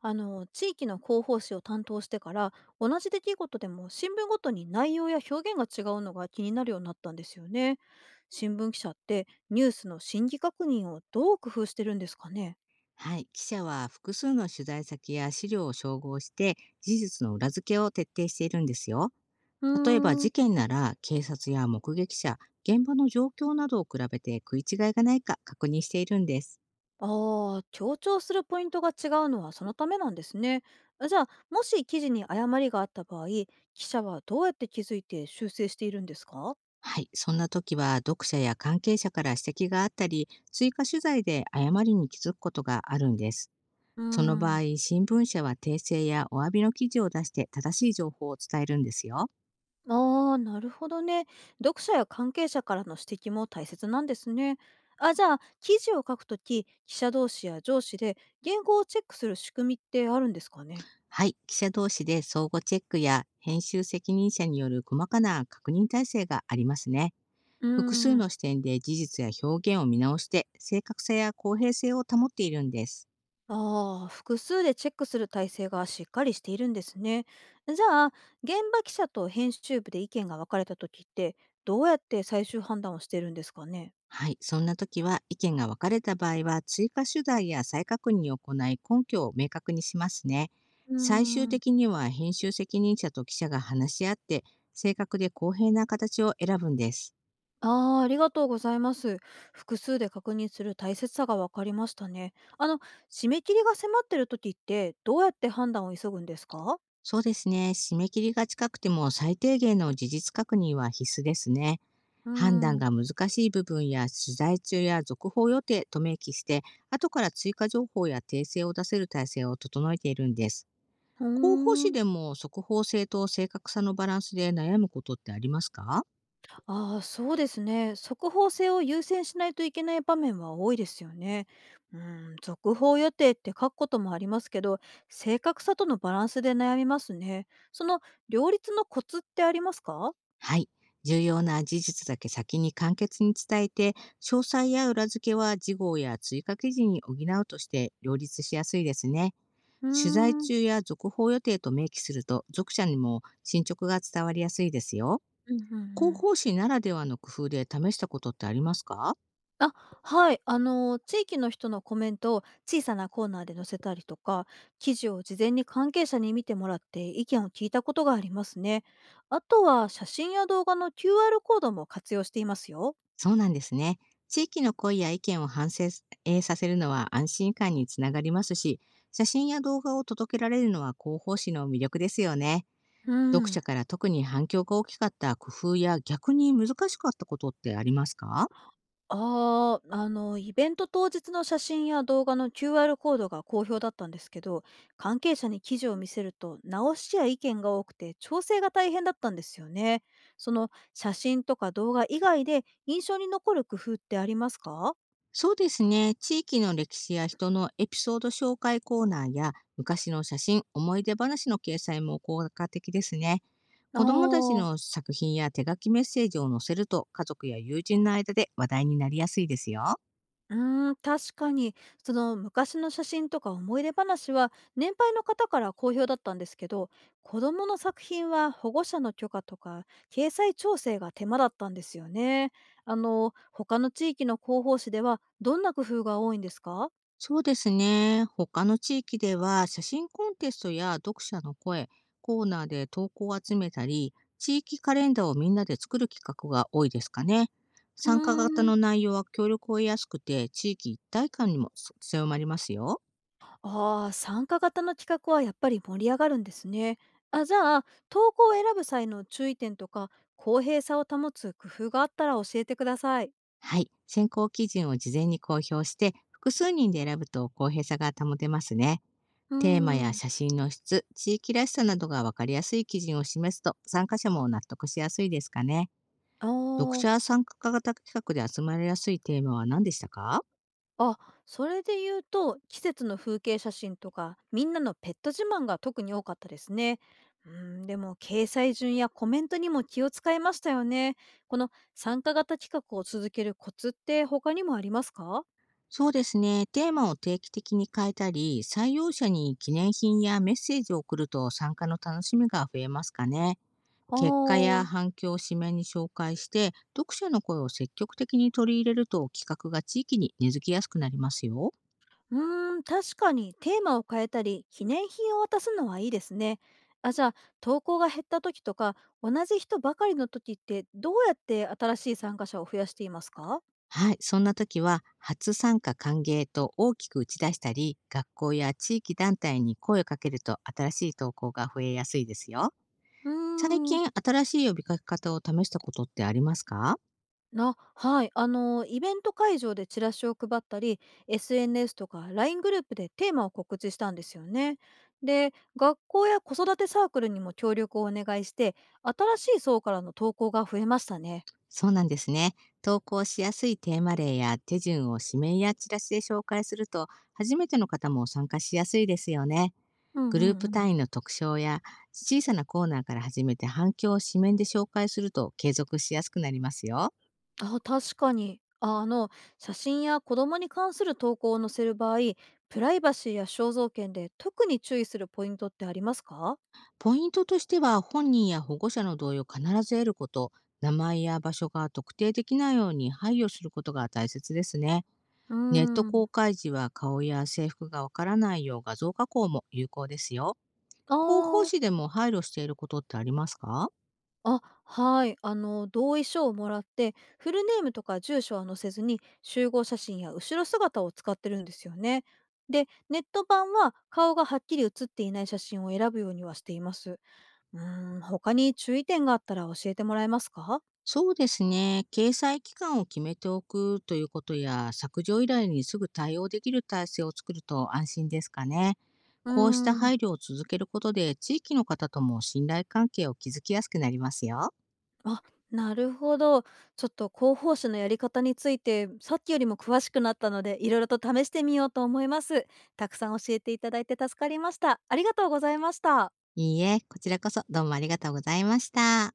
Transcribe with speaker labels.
Speaker 1: あの地域の広報誌を担当してから、同じ出来事でも新聞ごとに内容や表現が違うのが気になるようになったんですよね。新聞記者ってニュースの審議確認をどう工夫してるんですかね？
Speaker 2: はい、記者は複数の取材先や資料を照合して事実の裏付けを徹底しているんですよ。
Speaker 1: うー
Speaker 2: 例えば
Speaker 1: ん。
Speaker 2: 事件なら警察や目撃者、現場の状況などを比べて食い違いがないか確認しているんです。
Speaker 1: ああー、強調するポイントが違うのはそのためなんですね。じゃあ、もし記事に誤りがあった場合、記者はどうやって気づいて修正しているんですか？
Speaker 2: はい、そんな時は読者や関係者から指摘があったり、追加取材で誤りに気づくことがあるんです。
Speaker 1: うー
Speaker 2: その場
Speaker 1: ん。
Speaker 2: 合、新聞社は訂正やお詫びの記事を出して正しい情報を伝えるんですよ。
Speaker 1: ああ、なるほどね。読者や関係者からの指摘も大切なんですね。あ、じゃあ、記事を書くとき、記者同士や上司で原稿をチェックする仕組みってあるんですかね？
Speaker 2: はい、記者同士で相互チェックや編集責任者による細かな確認体制がありますね。
Speaker 1: うー
Speaker 2: 複数の
Speaker 1: ん。
Speaker 2: 視点で事実や表現を見直して、正確さや公平性を保っているんです。
Speaker 1: ああ、複数でチェックする体制がしっかりしているんですね。じゃあ、現場記者と編集部で意見が分かれたときって、どうやって最終判断をしてるんですかね？
Speaker 2: はい、そんな時は意見が分かれた場合は追加取材や再確認を行い、根拠を明確にしますね。
Speaker 1: うー
Speaker 2: 最終
Speaker 1: ん。
Speaker 2: 的には編集責任者と記者が話し合って、正確で公平な形を選ぶんです。
Speaker 1: ああ、ありがとうございます。複数で確認する大切さが分かりましたね。あの、締め切りが迫ってる時って、どうやって判断を急ぐんですか？
Speaker 2: そうですね。締め切りが近くても最低限の事実確認は必須ですね。
Speaker 1: うー
Speaker 2: 判断
Speaker 1: ん、
Speaker 2: が難しい部分や取材中や続報予定と明記して、後から追加情報や訂正を出せる体制を整えているんです。
Speaker 1: うー
Speaker 2: 広報誌
Speaker 1: ん、
Speaker 2: でも速報性と正確さのバランスで悩むことってありますか？
Speaker 1: ああ、そうですね。速報性を優先しないといけない場面は多いですよね。うーん、続報予定って書くこともありますけど、正確さとのバランスで悩みますね。その両立のコツってありますか？
Speaker 2: はい。重要な事実だけ先に簡潔に伝えて、詳細や裏付けは事後や追加記事に補うとして両立しやすいですね。
Speaker 1: うー
Speaker 2: 取材
Speaker 1: ん、
Speaker 2: 中や続報予定と明記すると、読者にも進捗が伝わりやすいですよ。
Speaker 1: うん、うん、う
Speaker 2: 広
Speaker 1: ん。
Speaker 2: 報誌ならではの工夫で試したことってありますか？
Speaker 1: あ、はい。地域の人のコメントを小さなコーナーで載せたりとか、記事を事前に関係者に見てもらって意見を聞いたことがありますね。あとは、写真や動画の QR コードも活用していますよ。
Speaker 2: そうなんですね。地域の声や意見を反省させるのは安心感につながりますし、写真や動画を届けられるのは広報誌の魅力ですよね。
Speaker 1: う
Speaker 2: 読者
Speaker 1: ん。
Speaker 2: から特に反響が大きかった工夫や、逆に難しかったことってありますか？
Speaker 1: ああ、イベント当日の写真や動画の QR コードが好評だったんですけど、関係者に記事を見せると、直しや意見が多くて、調整が大変だったんですよね。その写真とか動画以外で印象に残る工夫ってありますか？
Speaker 2: そうですね。地域の歴史や人のエピソード紹介コーナーや昔の写真、思い出話の掲載も効果的ですね。
Speaker 1: あ
Speaker 2: 子供たちの
Speaker 1: あ、
Speaker 2: 作品や手書きメッセージを載せると、家族や友人の間で話題になりやすいですよ。
Speaker 1: うーん、確かに、その昔の写真とか思い出話は年配の方から好評だったんですけど、子供の作品は保護者の許可とか掲載調整が手間だったんですよね。他の地域の広報誌ではどんな工夫が多いんですか？
Speaker 2: そうですね。他の地域では写真コンテストや読者の声、コーナーで投稿を集めたり、地域カレンダーをみんなで作る企画が多いですかね。
Speaker 1: うー
Speaker 2: 参加型
Speaker 1: ん、
Speaker 2: の内容は協力を得やすくて、地域一体感にも強まりますよ。
Speaker 1: ああ、参加型の企画はやっぱり盛り上がるんですね。あ、じゃあ、投稿を選ぶ際の注意点とか公平さを保つ工夫があったら教えてください。
Speaker 2: はい。選考基準を事前に公表して、複数人で選ぶと公平さが保てますね。
Speaker 1: うー
Speaker 2: テーマや
Speaker 1: ん、
Speaker 2: 写真の質、地域らしさなどが分かりやすい基準を示すと、参加者も納得しやすいですかね。
Speaker 1: あ
Speaker 2: 読
Speaker 1: あ。
Speaker 2: 者参加型企画で集まりやすいテーマは何でしたか？
Speaker 1: あ、それで言うと、季節の風景写真とか、みんなのペット自慢が特に多かったですね。うん、でも、掲載順やコメントにも気を使いましたよね。この参加型企画を続けるコツって他にもありますか？
Speaker 2: そうですね。テーマを定期的に変えたり、採用者に記念品やメッセージを送ると、参加の楽しみが増えますかね。
Speaker 1: あ
Speaker 2: 結果や
Speaker 1: ー、
Speaker 2: 反響を紙面に紹介して、読者の声を積極的に取り入れると、企画が地域に根付きやすくなりますよ。
Speaker 1: うーん、確かにテーマを変えたり、記念品を渡すのはいいですね。あ、じゃあ、投稿が減った時とか、同じ人ばかりの時って、どうやって新しい参加者を増やしていますか？
Speaker 2: はい。そんな時は、初参加歓迎と大きく打ち出したり、学校や地域団体に声をかけると、新しい投稿が増えやすいですよ。
Speaker 1: う
Speaker 2: 最
Speaker 1: ーん。
Speaker 2: 近新しい呼びかけ方を試したことってありますか？
Speaker 1: はい。イベント会場でチラシを配ったり、SNS とか LINE グループでテーマを告知したんですよね。で、学校や子育てサークルにも協力をお願いして、新しい層からの投稿が増えましたね。
Speaker 2: そうなんですね。投稿しやすいテーマ例や手順を指名やチラシで紹介すると、初めての方も参加しやすいですよね。
Speaker 1: う
Speaker 2: グ
Speaker 1: んう
Speaker 2: ルー
Speaker 1: ん
Speaker 2: プ
Speaker 1: うん。
Speaker 2: 単位の特徴や小さなコーナーから始めて、反響を紙面で紹介すると継続しやすくなりますよ。
Speaker 1: あ、確かに。写真や子供に関する投稿を載せる場合、プライバシーや肖像権で特に注意するポイントってありますか？
Speaker 2: ポイントとしては、本人や保護者の同意を必ず得ること、名前や場所が特定できないように配慮することが大切ですね。
Speaker 1: うー
Speaker 2: ネット
Speaker 1: ん。
Speaker 2: 公開時は顔や制服がわからないよう画像加工も有効ですよ。
Speaker 1: あ
Speaker 2: 広報誌
Speaker 1: あ。
Speaker 2: でも配慮していることってありますか？
Speaker 1: あ、はい。同意書をもらって、フルネームとか住所は載せずに、集合写真や後ろ姿を使ってるんですよね。で、ネット版は顔がはっきり写っていない写真を選ぶようにはしています。うーん、他に注意点があったら教えてもらえますか？
Speaker 2: そうですね。掲載期間を決めておくということや、削除依頼にすぐ対応できる体制を作ると安心ですかね。
Speaker 1: うー
Speaker 2: こうした
Speaker 1: ん、
Speaker 2: 配慮を続けることで、地域の方とも信頼関係を築きやすくなりますよ。
Speaker 1: あ、なるほど。ちょっと広報誌のやり方について、さっきよりも詳しくなったので、いろいろと試してみようと思います。たくさん教えていただいて助かりました。ありがとうございました。
Speaker 2: いいえ、こちらこそどうもありがとうございました。